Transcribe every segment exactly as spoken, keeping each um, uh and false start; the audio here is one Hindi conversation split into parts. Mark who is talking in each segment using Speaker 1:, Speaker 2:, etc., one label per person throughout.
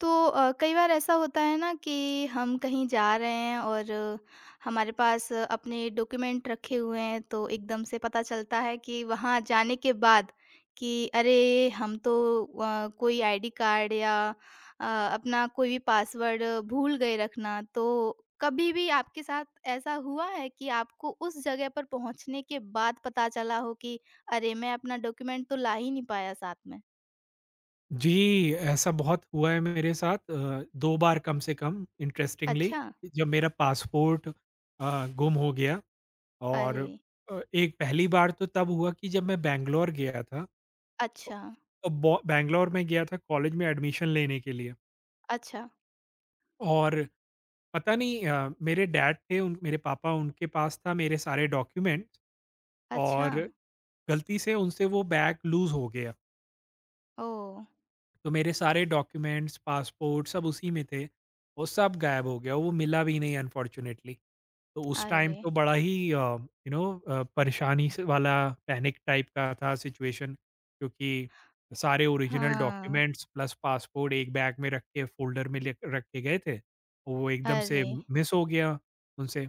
Speaker 1: तो अ, कई बार ऐसा होता है ना कि हम कहीं जा रहे हैं और हमारे पास अपने डॉक्यूमेंट रखे हुए हैं तो एकदम से पता चलता है कि वहाँ जाने के बाद कि अरे हम तो अ, कोई आईडी कार्ड या अ, अपना कोई भी पासवर्ड भूल गए रखना। तो कभी भी आपके साथ ऐसा हुआ है कि आपको उस जगह पर पहुंचने के बाद पता चला हो कि अरे मैं अपना डॉक्यूमेंट तो ला ही नहीं पाया साथ में?
Speaker 2: जी, ऐसा बहुत हुआ है मेरे साथ अ, दो बार कम से कम, इंटरेस्टिंगली,
Speaker 1: अच्छा।
Speaker 2: जब मेरा पासपोर्ट अ, गुम हो गया। और
Speaker 1: अरे।
Speaker 2: अ, एक पहली बार तो तब हुआ कि जब मैं बैंगलोर गया था।
Speaker 1: अच्छा।
Speaker 2: अ, बो बैंगलोर में गया था कॉलेज में एडमिशन लेने के लिए।
Speaker 1: अच्छा।
Speaker 2: और पता नहीं, अ, मेरे डैड थे उन मेरे पापा, उनके पास था मेरे सारे डॉक्यूमेंट्स।
Speaker 1: अच्छा।
Speaker 2: और गलती से उनसे वो बैग लूज़ हो गया।
Speaker 1: ओह!
Speaker 2: तो मेरे सारे डॉक्यूमेंट्स, पासपोर्ट सब उसी में थे। वो सब गायब हो गया, वो मिला भी नहीं, अनफॉर्च्यूनेटली। तो उस टाइम
Speaker 1: अरे!
Speaker 2: तो बड़ा ही अ, यू नो अ, परेशानी से वाला, पैनिक टाइप का था सिचुएशन, क्योंकि सारे ओरिजिनल
Speaker 1: हाँ।
Speaker 2: डॉक्यूमेंट्स प्लस पासपोर्ट एक बैग में रख के, फ़ोल्डर में ले रख के गए थे। वो एकदम से
Speaker 1: अरे!
Speaker 2: मिस हो गया उनसे।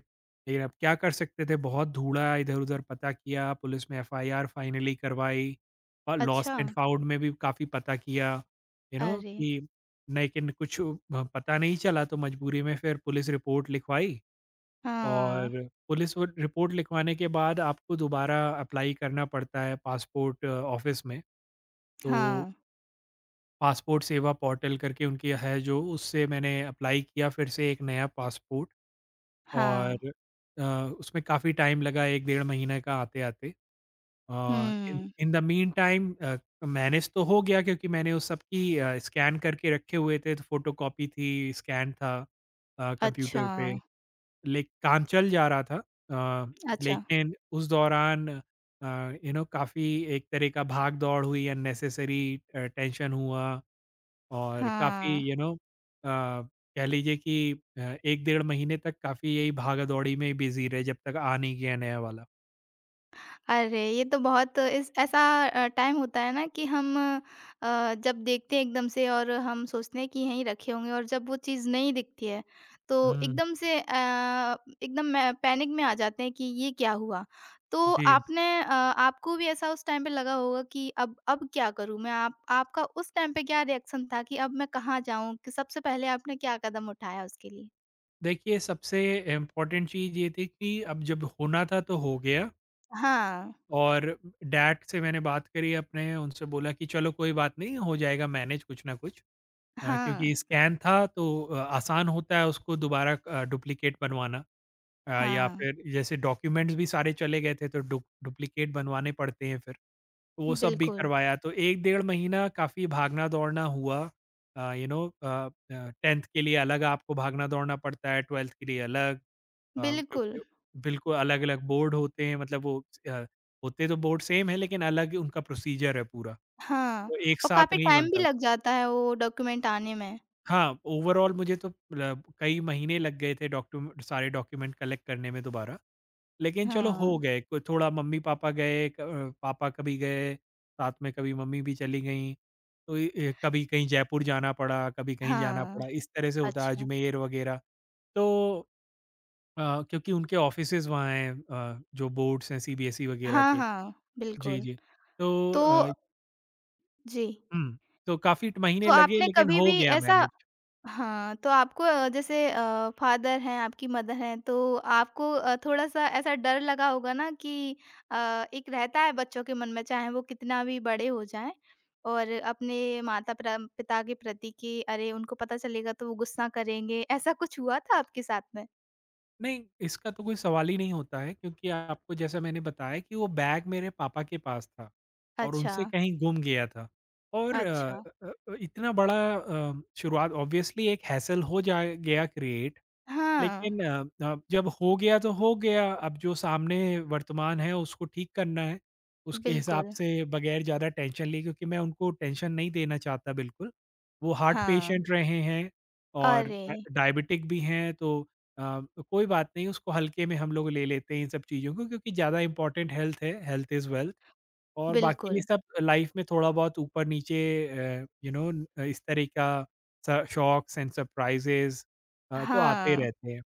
Speaker 2: लेकिन अब क्या कर सकते थे? बहुत ढूँढा, इधर-उधर पता किया, पुलिस में एफआईआर फाइनली करवाई, और
Speaker 1: अच्छा।
Speaker 2: लॉस्ट एंड फाउंड में भी काफ़ी पता किया। यू नो
Speaker 1: अरे!
Speaker 2: कि लेकिन कुछ अ, पता नहीं चला, तो मजबूरी में फिर पुलिस रिपोर्ट लिखवाई।
Speaker 1: हाँ,
Speaker 2: और पुलिस वो रिपोर्ट लिखवाने के बाद आपको दोबारा अप्लाई करना पड़ता है पासपोर्ट ऑफिस में। तो
Speaker 1: हाँ,
Speaker 2: पासपोर्ट सेवा पोर्टल करके उनकी है, जो उससे मैंने अप्लाई किया फिर से एक नया पासपोर्ट।
Speaker 1: हाँ,
Speaker 2: और अ, उसमें काफ़ी टाइम लगा, एक डेढ़ महीने का आते आते। Uh, in
Speaker 1: hmm,
Speaker 2: in the meantime, uh, manage तो हो गया, क्योंकि मैंने उस सब की अ, स्कैन करके रखे हुए थे, तो फोटोकॉपी थी, स्कैन था अ,
Speaker 1: अच्छा,
Speaker 2: कंप्यूटर पे, ले काम चल जा रहा था। अ,
Speaker 1: अच्छा,
Speaker 2: लेकिन उस दौरान अ, यू नो काफ़ी एक तरह का भाग-दौड़ हुई, अननेसेसरी अ, टेंशन हुआ, और काफ़ी
Speaker 1: हाँ।
Speaker 2: यू नो अ, कह लीजिए कि अ, एक डेढ़ महीने तक काफ़ी यही भागा-दौड़ी में बिज़ी रहे, जब तक आ नहीं गया नया वाला।
Speaker 1: अरे! ये तो बहुत इस ऐसा अ, टाइम होता है ना कि हम अ, जब देखते हैं एकदम से और हम सोचते हैं कि यहीं रखे होंगे, और जब वो चीज़ नहीं दिखती है, तो
Speaker 2: हुँ,
Speaker 1: एकदम से अ, एकदम में पैनिक में आ जाते हैं कि ये क्या हुआ? तो
Speaker 2: जी।
Speaker 1: आपने अ, आपको भी ऐसा उस टाइम पे लगा होगा कि अब अब क्या करूँ मैं? आप आपका उस टाइम पे क्या रिएक्शन था कि अब मैं कहाँ जाऊँ? कि सबसे पहले आपने क्या कदम उठाया उसके लिए?
Speaker 2: देखिए, सबसे इम्पोर्टेंट चीज़ ये थी कि अब जब होना था तो हो गया।
Speaker 1: हाँ।
Speaker 2: और डैड से मैंने बात करी अपने, उनसे बोला कि चलो, कोई बात नहीं, हो जाएगा मैनेज कुछ ना कुछ। अ,
Speaker 1: हाँ।
Speaker 2: क्योंकि स्कैन था, तो अ, आसान होता है उसको दोबारा अ, डुप्लिकेट बनवाना। अ, या
Speaker 1: हाँ।
Speaker 2: फिर जैसे डॉक्यूमेंट्स भी सारे चले गए थे, तो डु डुप्लिकेट बनवाने पड़ते हैं फिर, तो वो सब भी
Speaker 1: बिल्कुल।
Speaker 2: करवाया। तो एक डेढ़ महीना काफ़ी भागना-दौड़ना हुआ। Uh, you know uh uh, tenth के लिए अलग आपको भागना-दौड़ना पड़ता है, ट्वेल्थ के लिए अलग। हाँ,
Speaker 1: बिल्कुल।
Speaker 2: क्योंकि बिल्कुल अलग-अलग बोर्ड होते हैं, मतलब वो अ, होते तो बोर्ड सेम है, लेकिन अलग उनका प्रोसीजर है पूरा,
Speaker 1: हाँ,
Speaker 2: तो एक
Speaker 1: और
Speaker 2: साथ
Speaker 1: काफ़ी
Speaker 2: नहीं
Speaker 1: टाइम भी
Speaker 2: बनता।
Speaker 1: लग जाता है वो डॉक्यूमेंट आने में।
Speaker 2: हाँ, ओवरऑल मुझे तो मतलब कई महीने लग गए थे डॉक्यूमेंट सारे डॉक्यूमेंट कलेक्ट करने में दोबारा, लेकिन चलो
Speaker 1: हाँ,
Speaker 2: हो गए। को थोड़ा मम्मी-पापा गए क अ, पापा कभी गए, साथ में कभी मम्मी भी चली गईं। तो इ ए कभी कहीं जयपुर जाना पड़ा, कभी कहीं जाना
Speaker 1: हाँ,
Speaker 2: पड़ा, इस तरह से होता है,
Speaker 1: अच्छा।
Speaker 2: अजमेर वगैरह। तो अ, क्योंकि उनके ऑफिसेज़ वहाँ हैं, अ, जो बोर्ड्स हैं सीबीएसई वगैरह
Speaker 1: हाँ,
Speaker 2: के।
Speaker 1: हाँ,
Speaker 2: जी,
Speaker 1: बिल्कुल।
Speaker 2: जी। तो
Speaker 1: तो
Speaker 2: अ,
Speaker 1: जी,
Speaker 2: हुँ, तो काफ़ी ट महीने
Speaker 1: तो
Speaker 2: लगे,
Speaker 1: आपने
Speaker 2: लेकिन
Speaker 1: कभी
Speaker 2: हो
Speaker 1: भी
Speaker 2: गया
Speaker 1: ऐसा,
Speaker 2: मैनेज।
Speaker 1: हाँ, तो आपको अ, जैसे अ, फादर हैं, आपकी मदर हैं, तो आपको अ, थोड़ा-सा ऐसा डर लगा होगा ना कि अ, एक रहता है बच्चों के मन में, चाहे वो कितना भी बड़े हो जाएँ, और अपने माता प्रा पिता के प्रति कि अरे, उनको पता चलेगा तो वो गुस्सा करेंगे। ऐसा कुछ हुआ था आपके साथ में?
Speaker 2: नहीं, इसका तो कोई सवाल ही नहीं होता है, क्योंकि आपको, जैसा मैंने बताया, कि वो बैग मेरे पापा के पास था, और
Speaker 1: अच्छा।
Speaker 2: उनसे कहीं गुम गया था। और अ
Speaker 1: अच्छा,
Speaker 2: अ अ, इतना बड़ा अ, शुरुआत ऑब्वियसली एक हैसल हो जा गया क्रिएट।
Speaker 1: हाँ,
Speaker 2: लेकिन अ अ, जब हो गया तो हो गया, अब जो सामने वर्तमान है उसको ठीक करना है, उसके हिसाब
Speaker 1: बिल्कुल,
Speaker 2: से, बगैर ज़्यादा टेंशन लिए, क्योंकि मैं उनको टेंशन नहीं देना चाहता बिल्कुल। वो हार्ट
Speaker 1: हाँ।
Speaker 2: पेशेंट रहे हैं, और
Speaker 1: अरे!
Speaker 2: डा डायबिटिक भी हैं, तो अ, कोई बात नहीं, उसको हल्के में हम लोग ले लेते हैं इन सब चीज़ों को, क्योंकि ज़्यादा इम्पोर्टेंट हेल्थ है, हेल्थ इज़ वेल्थ। और बाकी ये
Speaker 1: बिल्कुल,
Speaker 2: सब लाइफ में थोड़ा बहुत ऊपर-नीचे, अ, यू नो अ, इस तरह का स शॉक्स एंड सरप्राइज़ेज़ अ, तो आते
Speaker 1: हाँ,
Speaker 2: रहते हैं।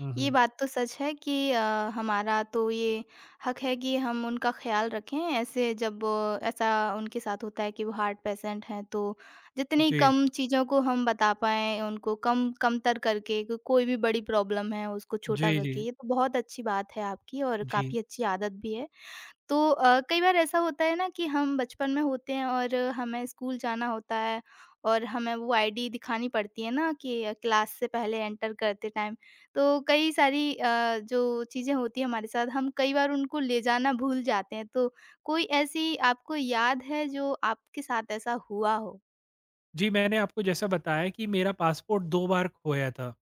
Speaker 2: हुँ,
Speaker 1: ये
Speaker 2: हुँ।
Speaker 1: बात तो सच है कि अ, हमारा तो ये हक है कि हम उनका ख़्याल रखें। ऐसे जब अ, ऐसा उनके साथ होता है कि वो हार्ट पेशेंट हैं, तो जितनी
Speaker 2: जी, जी।
Speaker 1: कम चीज़ों को हम बता पाएँ उनको, कम कमतर करके, को कोई भी बड़ी प्रॉब्लम है उसको छोटा
Speaker 2: जी, जी।
Speaker 1: करके, ये तो बहुत अच्छी बात है आपकी और
Speaker 2: जी।
Speaker 1: काफ़ी अच्छी आदत भी है। तो अ, कई बार ऐसा होता है ना कि हम बचपन में होते हैं और हमें स्कूल जाना होता है, और हमें वो आईडी दिखानी पड़ती है ना कि अ, क्लास से पहले एंटर करते टाइम। तो कई सारी अ, जो चीज़ें होती हैं हमारे साथ, हम कई बार उनको ले जाना भूल जाते हैं। तो कोई ऐसी आपको याद है जो आपके साथ ऐसा हुआ हो?
Speaker 2: जी, मैंने आपको जैसा बताया, कि मेरा पासपोर्ट दो बार खोया था।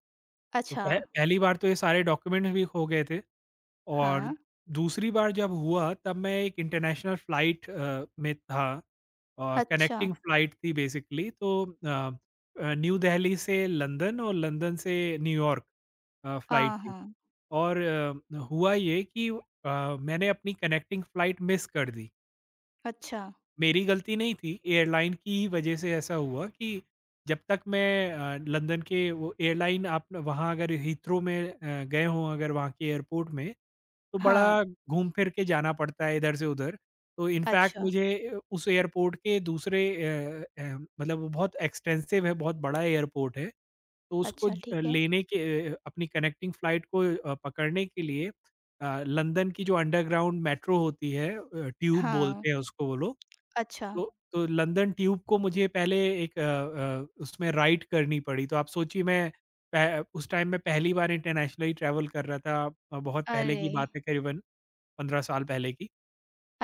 Speaker 2: तो
Speaker 1: अच्छा,
Speaker 2: पह पहली बार तो ये सारे डॉक्यूमेंट्स भी खो गए थे। और
Speaker 1: हाँ,
Speaker 2: दूसरी बार जब हुआ, तब मैं एक इंटरनेशनल फ्लाइट अ, में था, अ,
Speaker 1: अच्छा,
Speaker 2: कनेक्टिंग फ्लाइट थी बेसिकली। तो अ अ, न्यू दिल्ली से लंदन, और लंदन से न्यूयॉर्क अ, फ्लाइट
Speaker 1: हाँ,
Speaker 2: थी।
Speaker 1: हाँ,
Speaker 2: और अ, हुआ ये कि अ, मैंने अपनी कनेक्टिंग फ्लाइट मिस कर दी।
Speaker 1: अच्छा,
Speaker 2: मेरी गलती नहीं थी, एयरलाइन की ही वजह से ऐसा हुआ, कि जब तक मैं अ, लंदन के वो एयरलाइन आप न- वहाँ, अगर हीथ्रो में अ, गए हों, अगर वहाँ के एयरपोर्ट में, तो
Speaker 1: हाँ,
Speaker 2: बड़ा घूम फिर के जाना पड़ता है इधर से उधर। तो इनफैक्ट
Speaker 1: अच्छा,
Speaker 2: मुझे अ, उस एयरपोर्ट के दूसरे अ अ, मतलब वो बहुत एक्सटेंसिव है, बहुत बड़ा एयरपोर्ट है। तो उसको
Speaker 1: अच्छा
Speaker 2: ज अ,
Speaker 1: ठीक है,
Speaker 2: लेने के, अ, अपनी कनेक्टिंग फ्लाइट को अ, पकड़ने के लिए अ, लंदन की जो अंडरग्राउंड मेट्रो होती है, अ, ट्यूब
Speaker 1: हाँ,
Speaker 2: बोलते हैं उसको वो लोग।
Speaker 1: अच्छा,
Speaker 2: तो तो लंदन ट्यूब को मुझे पहले एक अ अ, उसमें राइड करनी पड़ी। तो आप सोचिए, मैं पह उस टाइम मैं पहली बार इंटरनेशनली ट्रैवल कर रहा था। अ, बहुत पहले
Speaker 1: अरे!
Speaker 2: की बात है, करीबन पंद्रह साल पहले की।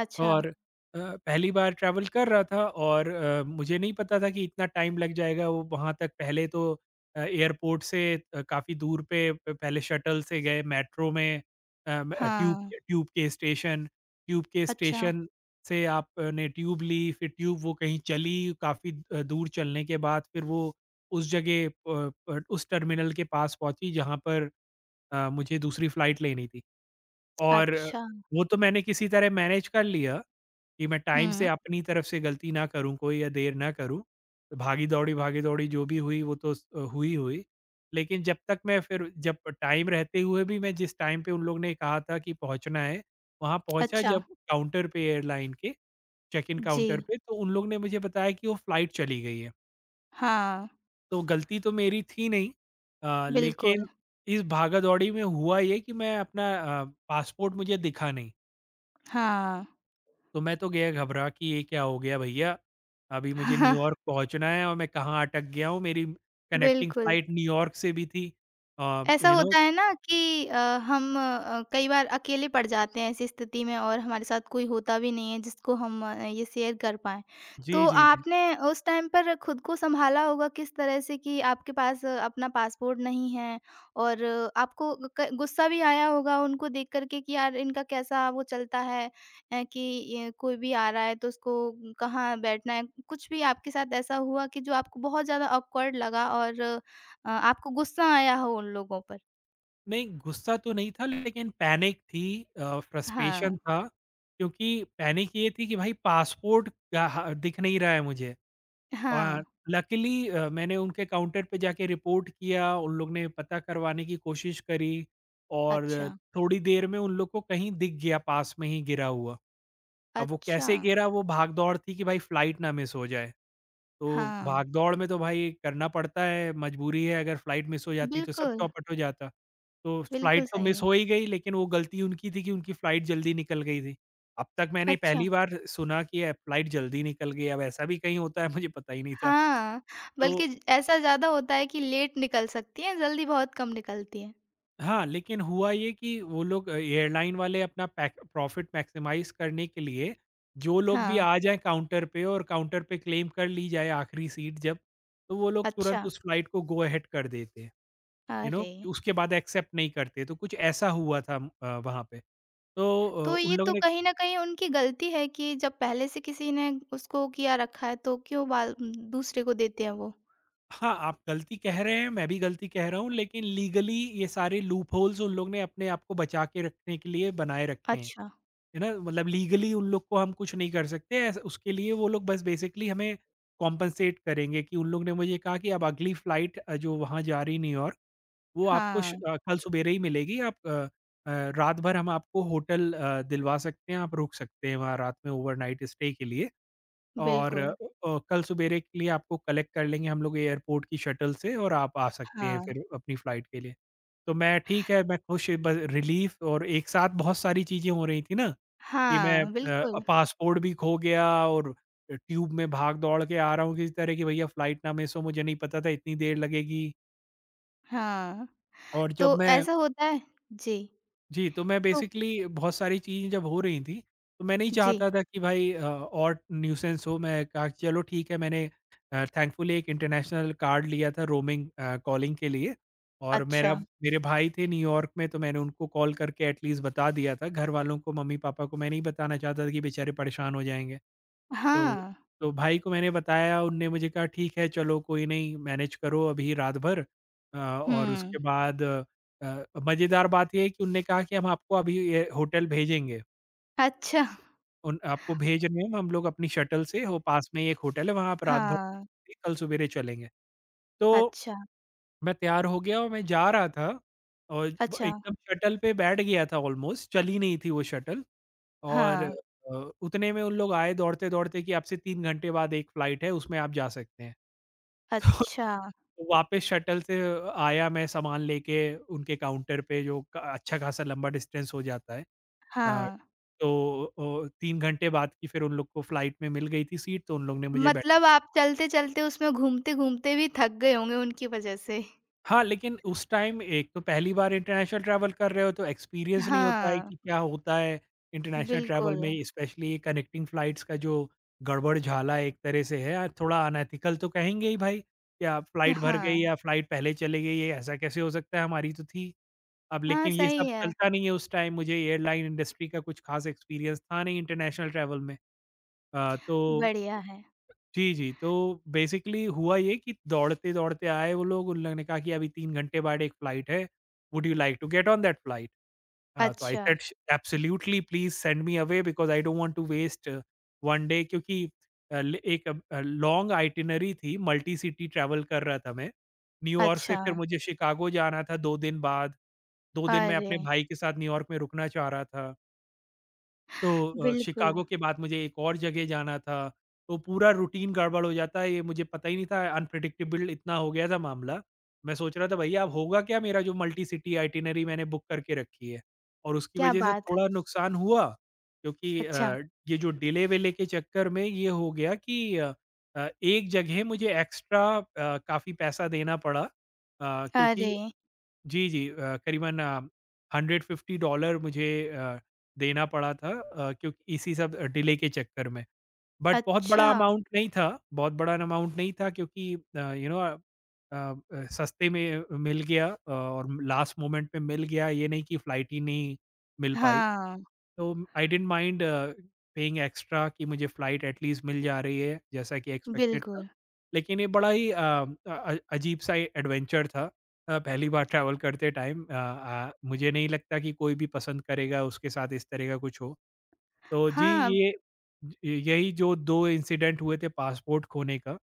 Speaker 1: अच्छा।
Speaker 2: और अ, पहली बार ट्रैवल कर रहा था, और अ, मुझे नहीं पता था कि इतना टाइम लग जाएगा वो वहाँ तक। पहले तो अ, एयरपोर्ट से अ, काफ़ी दूर पे प- पहले शटल से गए मेट्रो में, अ, म- अ, ट्यूब
Speaker 1: हाँ,
Speaker 2: ट्यूब के स्टेशन ट्यूब के
Speaker 1: अच्छा,
Speaker 2: स्टेशन से आपने ट्यूब ली। फिर ट्यूब वो कहीं चली, काफ़ी दूर चलने के बाद फिर वो उस जगह, अ, अ, उस टर्मिनल के पास पहुंची, जहाँ पर अ, मुझे दूसरी फ्लाइट लेनी थी। और
Speaker 1: अच्छा,
Speaker 2: वो तो मैंने किसी तरह मैनेज कर लिया, कि मैं टाइम से
Speaker 1: हुँ,
Speaker 2: अपनी तरफ से गलती ना करूँ कोई, या देर ना करूँ। भागी-दौड़ी, भागी-दौड़ी जो भी हुई वो तो स हुई-हुई। लेकिन जब तक मैं फिर, जब टाइम रहते हुए भी मैं जिस टाइम पे उन लोग ने कहा था कि पहुँचना है, वहाँ पहुँचा,
Speaker 1: अच्छा,
Speaker 2: जब काउंटर पे एयरलाइन के, चेक इन
Speaker 1: जी,
Speaker 2: काउंटर पे, तो उन लोग ने मुझे बताया कि वो फ्लाइट चली गई है।
Speaker 1: हाँ,
Speaker 2: तो गलती तो मेरी थी नहीं, अ,
Speaker 1: बिल्कुल,
Speaker 2: लेकिन इस भागा-दौड़ी में हुआ ये कि मैं अपना अ, पासपोर्ट मुझे दिखा नहीं।
Speaker 1: हाँ,
Speaker 2: तो मैं तो गया घबरा कि ये क्या हो गया भैया, अभी मुझे न्यूयॉर्क पहुँचना है और मैं कहाँ अटक गया हूँ, मेरी कनेक्टिंग
Speaker 1: बिल्कुल,
Speaker 2: फ्लाइट न्यूयॉर्क से भी थी। अ,
Speaker 1: ऐसा
Speaker 2: यू नो
Speaker 1: होता है ना कि अ, हम अ, कई बार अकेले पड़ जाते हैं ऐसी स्थिति में, और हमारे साथ कोई होता भी नहीं है जिसको हम अ, ये शेयर कर पाएँ।
Speaker 2: जी,
Speaker 1: तो
Speaker 2: जी, जी।
Speaker 1: आपने उस टाइम पर खुद को सँभाला होगा किस तरह से कि आपके पास अ, अपना पासपोर्ट नहीं है, और अ, आपको ग- क गुस्सा भी आया होगा उनको देख कर के कि यार इनका कैसा वो चलता है, अ, कि अ, कोई भी आ रहा है तो उसको कहाँ बैठना है? कुछ भी आपके साथ ऐसा हुआ कि जो आपको बहुत ज़्यादा ऑकवर्ड लगा, और अ, आपको गुस्सा आया हो उन लोगों पर?
Speaker 2: नहीं, गुस्सा तो नहीं था, लेकिन पैनिक थी, अ, फ्रस्ट्रेशन
Speaker 1: हाँ,
Speaker 2: था, क्योंकि पैनिक ये थी कि भाई पासपोर्ट का ह दिख नहीं रहा है मुझे।
Speaker 1: हाँ।
Speaker 2: और लकीली अ, मैंने उनके काउंटर पे जाके रिपोर्ट किया, उन लोग ने पता करवाने की कोशिश करी, और
Speaker 1: अच्छा,
Speaker 2: थोड़ी देर में उन लोग को कहीं दिख गया, पास में ही गिरा हुआ। अब वो
Speaker 1: अच्छा।
Speaker 2: कैसे गिरा, वो भाग-दौड़ थी कि भाई फ्लाइट ना मिस हो जाए। तो
Speaker 1: हाँ,
Speaker 2: भाग-दौड़ में तो भाई करना पड़ता है, मजबूरी है, अगर फ्लाइट मिस हो जाती तो सब
Speaker 1: बिल्कुल,
Speaker 2: चौपट हो जाता। तो फ्लाइट
Speaker 1: बिल्कुल
Speaker 2: तो
Speaker 1: सही
Speaker 2: मिस
Speaker 1: है।
Speaker 2: हो ही गई, लेकिन वो गलती उनकी थी कि उनकी फ्लाइट जल्दी निकल गई थी। अब तक मैंने
Speaker 1: अच्छा,
Speaker 2: पहली बार सुना कि अ, फ्लाइट जल्दी निकल गई, अब ऐसा भी कहीं होता है, मुझे पता ही नहीं था।
Speaker 1: हाँ,
Speaker 2: तो
Speaker 1: बल्कि ज ऐसा ज़्यादा होता है कि लेट निकल सकती हैं, जल्दी बहुत कम निकलती हैं।
Speaker 2: हाँ, लेकिन हुआ ये कि वो लोग एयरलाइन वाले अपना पैक प्रॉफ़िट मैक्सिमाइज़ करने के लिए, जो लोग भी
Speaker 1: हाँ,
Speaker 2: आ जाएँ काउंटर पे, और काउंटर पे क्लेम कर ली जाए आखिरी सीट जब, तो वो लोग तुरंत
Speaker 1: अच्छा।
Speaker 2: उस फ्लाइट को गो अहेड कर देते हैं, यू नो?
Speaker 1: अरे!
Speaker 2: उसके बाद एक्सेप्ट नहीं करते, तो कुछ ऐसा हुआ था अ, वहाँ पे। तो
Speaker 1: तो
Speaker 2: अ, उन
Speaker 1: ये
Speaker 2: लोगों
Speaker 1: तो
Speaker 2: ने
Speaker 1: कहीं न कहीं उनकी गलती है कि जब पहले से किसी ने उसको किया रखा है, तो क्यों बाल उम, दूसरे को देते हैं वो?
Speaker 2: हाँ, आप गलती कह रहे हैं, मैं भी गलती कह रहा हूँ, लेकिन लीगली ये सारे लूपहोल्स उन लोग ने अपने आप को बचा के रखने के लिए बनाए रखे हैं।
Speaker 1: अच्छा।
Speaker 2: है ना? मतलब लीगली उन लोग को हम कुछ नहीं कर सकते ऐस उसके लिए वो लोग बस बेसिकली हमें कॉम्पेंसेट करेंगे कि उन लोग ने मुझे कहा कि अब अगली फ्लाइट अ, जो वहाँ जा रही न्यूयॉर्क वो आपको
Speaker 1: हाँ,
Speaker 2: श अ, कल सवेरे ही मिलेगी। आप अ अ, रात भर हम आपको होटल अ, दिलवा सकते हैं, आप रुक सकते हैं वहाँ रात में ओवरनाइट स्टे के लिए और अ
Speaker 1: बिल्कुल।
Speaker 2: अ, कल सवेरे के लिए आपको कलेक्ट कर लेंगे हम लोग एयरपोर्ट की शटल से और आप आ सकते हैं
Speaker 1: हाँ,
Speaker 2: फिर अपनी फ्लाइट के लिए। तो मैं ठीक है, मैं खुश ब रिलीफ़ और एक साथ बहुत सारी चीज़ें हो रही थी ना कि मैं
Speaker 1: हाँ,
Speaker 2: अ,
Speaker 1: बिल्कुल।
Speaker 2: पासपोर्ट भी खो गया और ट्यूब में भाग दौड़ के आ रहा हूँ किसी तरह कि भैया फ्लाइट ना मिस हो। मुझे नहीं पता था इतनी देर लगेगी।
Speaker 1: हाँ।
Speaker 2: और जब
Speaker 1: तो
Speaker 2: मैं
Speaker 1: ऐसा होता है, जी,
Speaker 2: जी, तो मैं
Speaker 1: तो
Speaker 2: बेसिकली बहुत सारी चीज़ें जब हो रही थी, तो मैं नहीं
Speaker 1: जी,
Speaker 2: चाहता था कि भाई अ, और न्यूसेंस हो। मैं कहा कि चलो ठीक है। मैंने अ, थैंकफुली एक इंटरनेशनल कार्ड लिया था रोमिंग अ, कॉलिंग के लिए और मेरा
Speaker 1: अच्छा,
Speaker 2: मेरे भाई थे न्यूयॉर्क में, तो मैंने उनको कॉल करके एटलीस्ट बता दिया था। घर वालों को मम्मी-पापा को मैं नहीं बताना चाहता था कि बेचारे परेशान हो जाएँगे। तो
Speaker 1: हाँ,
Speaker 2: तो भाई को मैंने बताया, उनने मुझे कहा, "ठीक है, चलो कोई नहीं, मैनेज करो अभी रात भर।" अ, और उसके
Speaker 1: हुँ,
Speaker 2: बाद अ, मज़ेदार बात ये है कि उनने कहा कि हम आपको अभी ये होटल भेजेंगे।
Speaker 1: अच्छा,
Speaker 2: उन आपको भेज रहे हैं। हम लोग अपनी शटल से, वो पास में ही एक होटल है, वहाँ आप रात भर
Speaker 1: हाँ,
Speaker 2: कल सवेरे चलेंगे। तो
Speaker 1: अच्छा,
Speaker 2: मैं तैयार हो गया और मैं जा रहा था और ब
Speaker 1: अच्छा,
Speaker 2: एकदम शटल पे बैठ गया था ऑलमोस्ट, चली नहीं थी वो शटल और
Speaker 1: हाँ,
Speaker 2: अ, उतने में उन लोग आए दौड़ते-दौड़ते कि आपसे तीन घंटे बाद एक फ्लाइट है, उसमें आप जा सकते हैं। तो
Speaker 1: अच्छा,
Speaker 2: वापस शटल से आया मैं सामान लेके उनके काउंटर पे जो क अच्छा खासा लंबा डिस्टेंस हो जाता है। अ,
Speaker 1: हाँ,
Speaker 2: तो ओ तीन घंटे बाद की फिर उन लोग को फ्लाइट में मिल गई थी सीट, तो उन लोग ने मुझे बैठा।
Speaker 1: मतलब आप चलते-चलते उसमें घूमते-घूमते भी थक गए होंगे उनकी वजह से।
Speaker 2: हाँ, लेकिन उस टाइम एक तो पहली बार इंटरनेशनल ट्रैवल कर रहे हो तो एक्सपीरियंस नहीं होता है
Speaker 1: हाँ,
Speaker 2: कि क्या होता है इंटरनेशनल ट्रैवल
Speaker 1: बिल्कुल,
Speaker 2: में, स्पेशली कनेक्टिंग फ्लाइट्स का जो गड़बड़ झाला एक तरह से है, थोड़ा अनएथिकल तो कहेंगे ही भाई, क्या फ्लाइट भर गई
Speaker 1: हाँ,
Speaker 2: या फ्लाइट पहले चली गई, ये ऐसा कैसे हो सकता है, हमारी तो थी। अब
Speaker 1: हाँ,
Speaker 2: लेकिन ये सब
Speaker 1: सही है,
Speaker 2: चलता नहीं है। उस टाइम मुझे एयरलाइन इंडस्ट्री का कुछ खास एक्सपीरियंस था नहीं इंटरनेशनल ट्रैवल में। अ, तो
Speaker 1: बढ़िया है,
Speaker 2: जी, जी। तो बेसिकली हुआ ये कि दौड़ते-दौड़ते आए वो लोग, उन लोगों ने कहा कि अभी तीन घंटे बाद एक फ़्लाइट है, would you like to get on that flight? Uh, so I
Speaker 1: अच्छा,
Speaker 2: सेड श absolutely please send me away because I don't want to waste one day, क्योंकि अ, ल एक अ, लॉन्ग आइटिनरी थी, मल्टी सिटी ट्रैवल कर रहा था मैं। न्यूयॉर्क से
Speaker 1: अच्छा,
Speaker 2: फिर मुझे शिकागो जाना था दो दिन बाद, दो दिन मैं
Speaker 1: अरे!
Speaker 2: अपने भाई के साथ न्यूयॉर्क में रुकना चाह रहा था। तो अ,
Speaker 1: बिल्कुल,
Speaker 2: शिकागो के बाद मुझे एक और जगह जाना था, तो पूरा रूटीन गड़बड़ हो जाता है, ये मुझे पता ही नहीं था। अनप्रेडिक्टेबल इतना हो गया था मामला। मैं सोच रहा था भैया अब होगा क्या मेरा जो मल्टी सिटी आइटिनरी मैंने बुक करके रखी है? और उसकी
Speaker 1: क्या
Speaker 2: वजह से
Speaker 1: बात
Speaker 2: थोड़ा
Speaker 1: है,
Speaker 2: नुकसान हुआ, क्योंकि अ,
Speaker 1: अच्छा,
Speaker 2: ये जो डिले-विले के चक्कर में ये हो गया कि अ अ, एक जगह मुझे एक्स्ट्रा अ, काफ़ी पैसा देना पड़ा अ,
Speaker 1: अरे!
Speaker 2: क्योंकि जी, जी। अ, करीबन अ, वन हंड्रेड फिफ्टी डॉलर्स मुझे अ, देना पड़ा था अ, क्योंकि इसी सब डिले के चक्कर में। बट बहुत बड़ा
Speaker 1: अच्छा,
Speaker 2: अमाउंट नहीं था, बहुत बड़ा अमाउंट नहीं था, क्योंकि अ, यू नो अ अ, सस्ते में मिल गया अ, और लास्ट मोमेंट में मिल गया, ये नहीं कि फ्लाइट ही नहीं मिल पाई।
Speaker 1: हाँ,
Speaker 2: तो I didn't mind paying extra कि मुझे फ्लाइट एट लीस्ट मिल जा रही है, जैसा कि एक्सपेक्टेड था।
Speaker 1: बिल्कुल।
Speaker 2: लेकिन ये बड़ा ही अ, अ, अजीब-सा एडवेंचर था। अ, पहली बार ट्रैवल करते टाइम अ, अ, मुझे नहीं लगता कि कोई भी पसंद करेगा उसके साथ इस तरह का कुछ हो। तो जी
Speaker 1: हाँ,
Speaker 2: ये य यही जो दो इंसिडेंट हुए थे पासपोर्ट खोने का,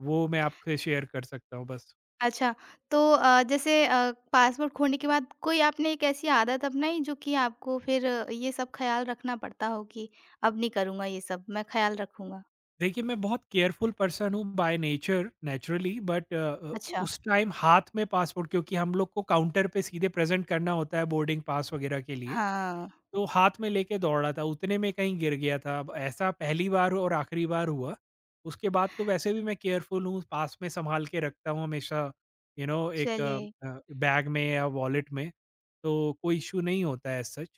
Speaker 2: वो मैं आपसे शेयर कर सकता हूँ बस।
Speaker 1: अच्छा, तो अ, जैसे अ, पासपोर्ट खोने के बाद कोई आपने एक ऐसी आदत अपनाई जो कि आपको फिर अ, ये सब ख़्याल रखना पड़ता हो कि अब नहीं करूँगा ये सब, मैं ख़्याल रखूँगा?
Speaker 2: देखिए, मैं बहुत केयरफुल पर्सन हूँ by nature naturally, but uh uh,
Speaker 1: अच्छा,
Speaker 2: उस टाइम हाथ में पासपोर्ट, क्योंकि हम लोग को काउंटर पे सीधे प्रेज़ेंट करना होता है बोर्डिंग पास वगैरह के लिए।
Speaker 1: हाँ,
Speaker 2: तो हाथ में लेके दौड़ा था, उतने में कहीं गिर गया था। अब ऐसा पहली बार और आखिरी बार हुआ, उसके बाद तो वैसे भी मैं केयरफुल हूँ, पास में संभाल के रखता हूँ हमेशा। यू नो एक
Speaker 1: चलिए।
Speaker 2: अ अ, बैग में या वॉलेट में, तो कोई इश्यू नहीं होता है एज़ सच।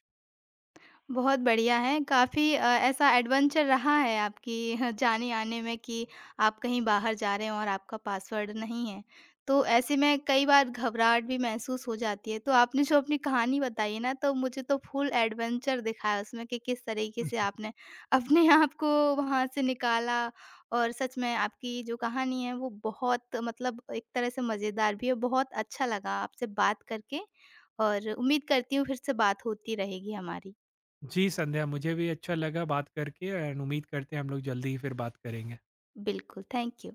Speaker 1: बहुत बढ़िया है। काफ़ी अ, ऐसा एडवेंचर रहा है आपकी जाने-आने में कि आप कहीं बाहर जा रहे हो और आपका पासवर्ड नहीं है। तो ऐसे में कई बार घबराहट भी महसूस हो जाती है। तो आपने जो अपनी कहानी बताई है ना, तो मुझे तो फुल एडवेंचर दिखाया उसमें कि किस तरीके से आपने अपने आप को वहाँ से निकाला, और सच में आपकी जो कहानी है वो बहुत, मतलब एक तरह से मज़ेदार भी है। बहुत अच्छा लगा आपसे बात करके, और उम्मीद करती हूँ फिर से बात होती रहेगी हमारी।
Speaker 2: जी, संध्या मुझे भी अच्छा लगा बात करके एंड उम्मीद करते हैं हम लोग जल्दी ही फिर बात करेंगे।
Speaker 1: बिल्कुल, थैंक यू।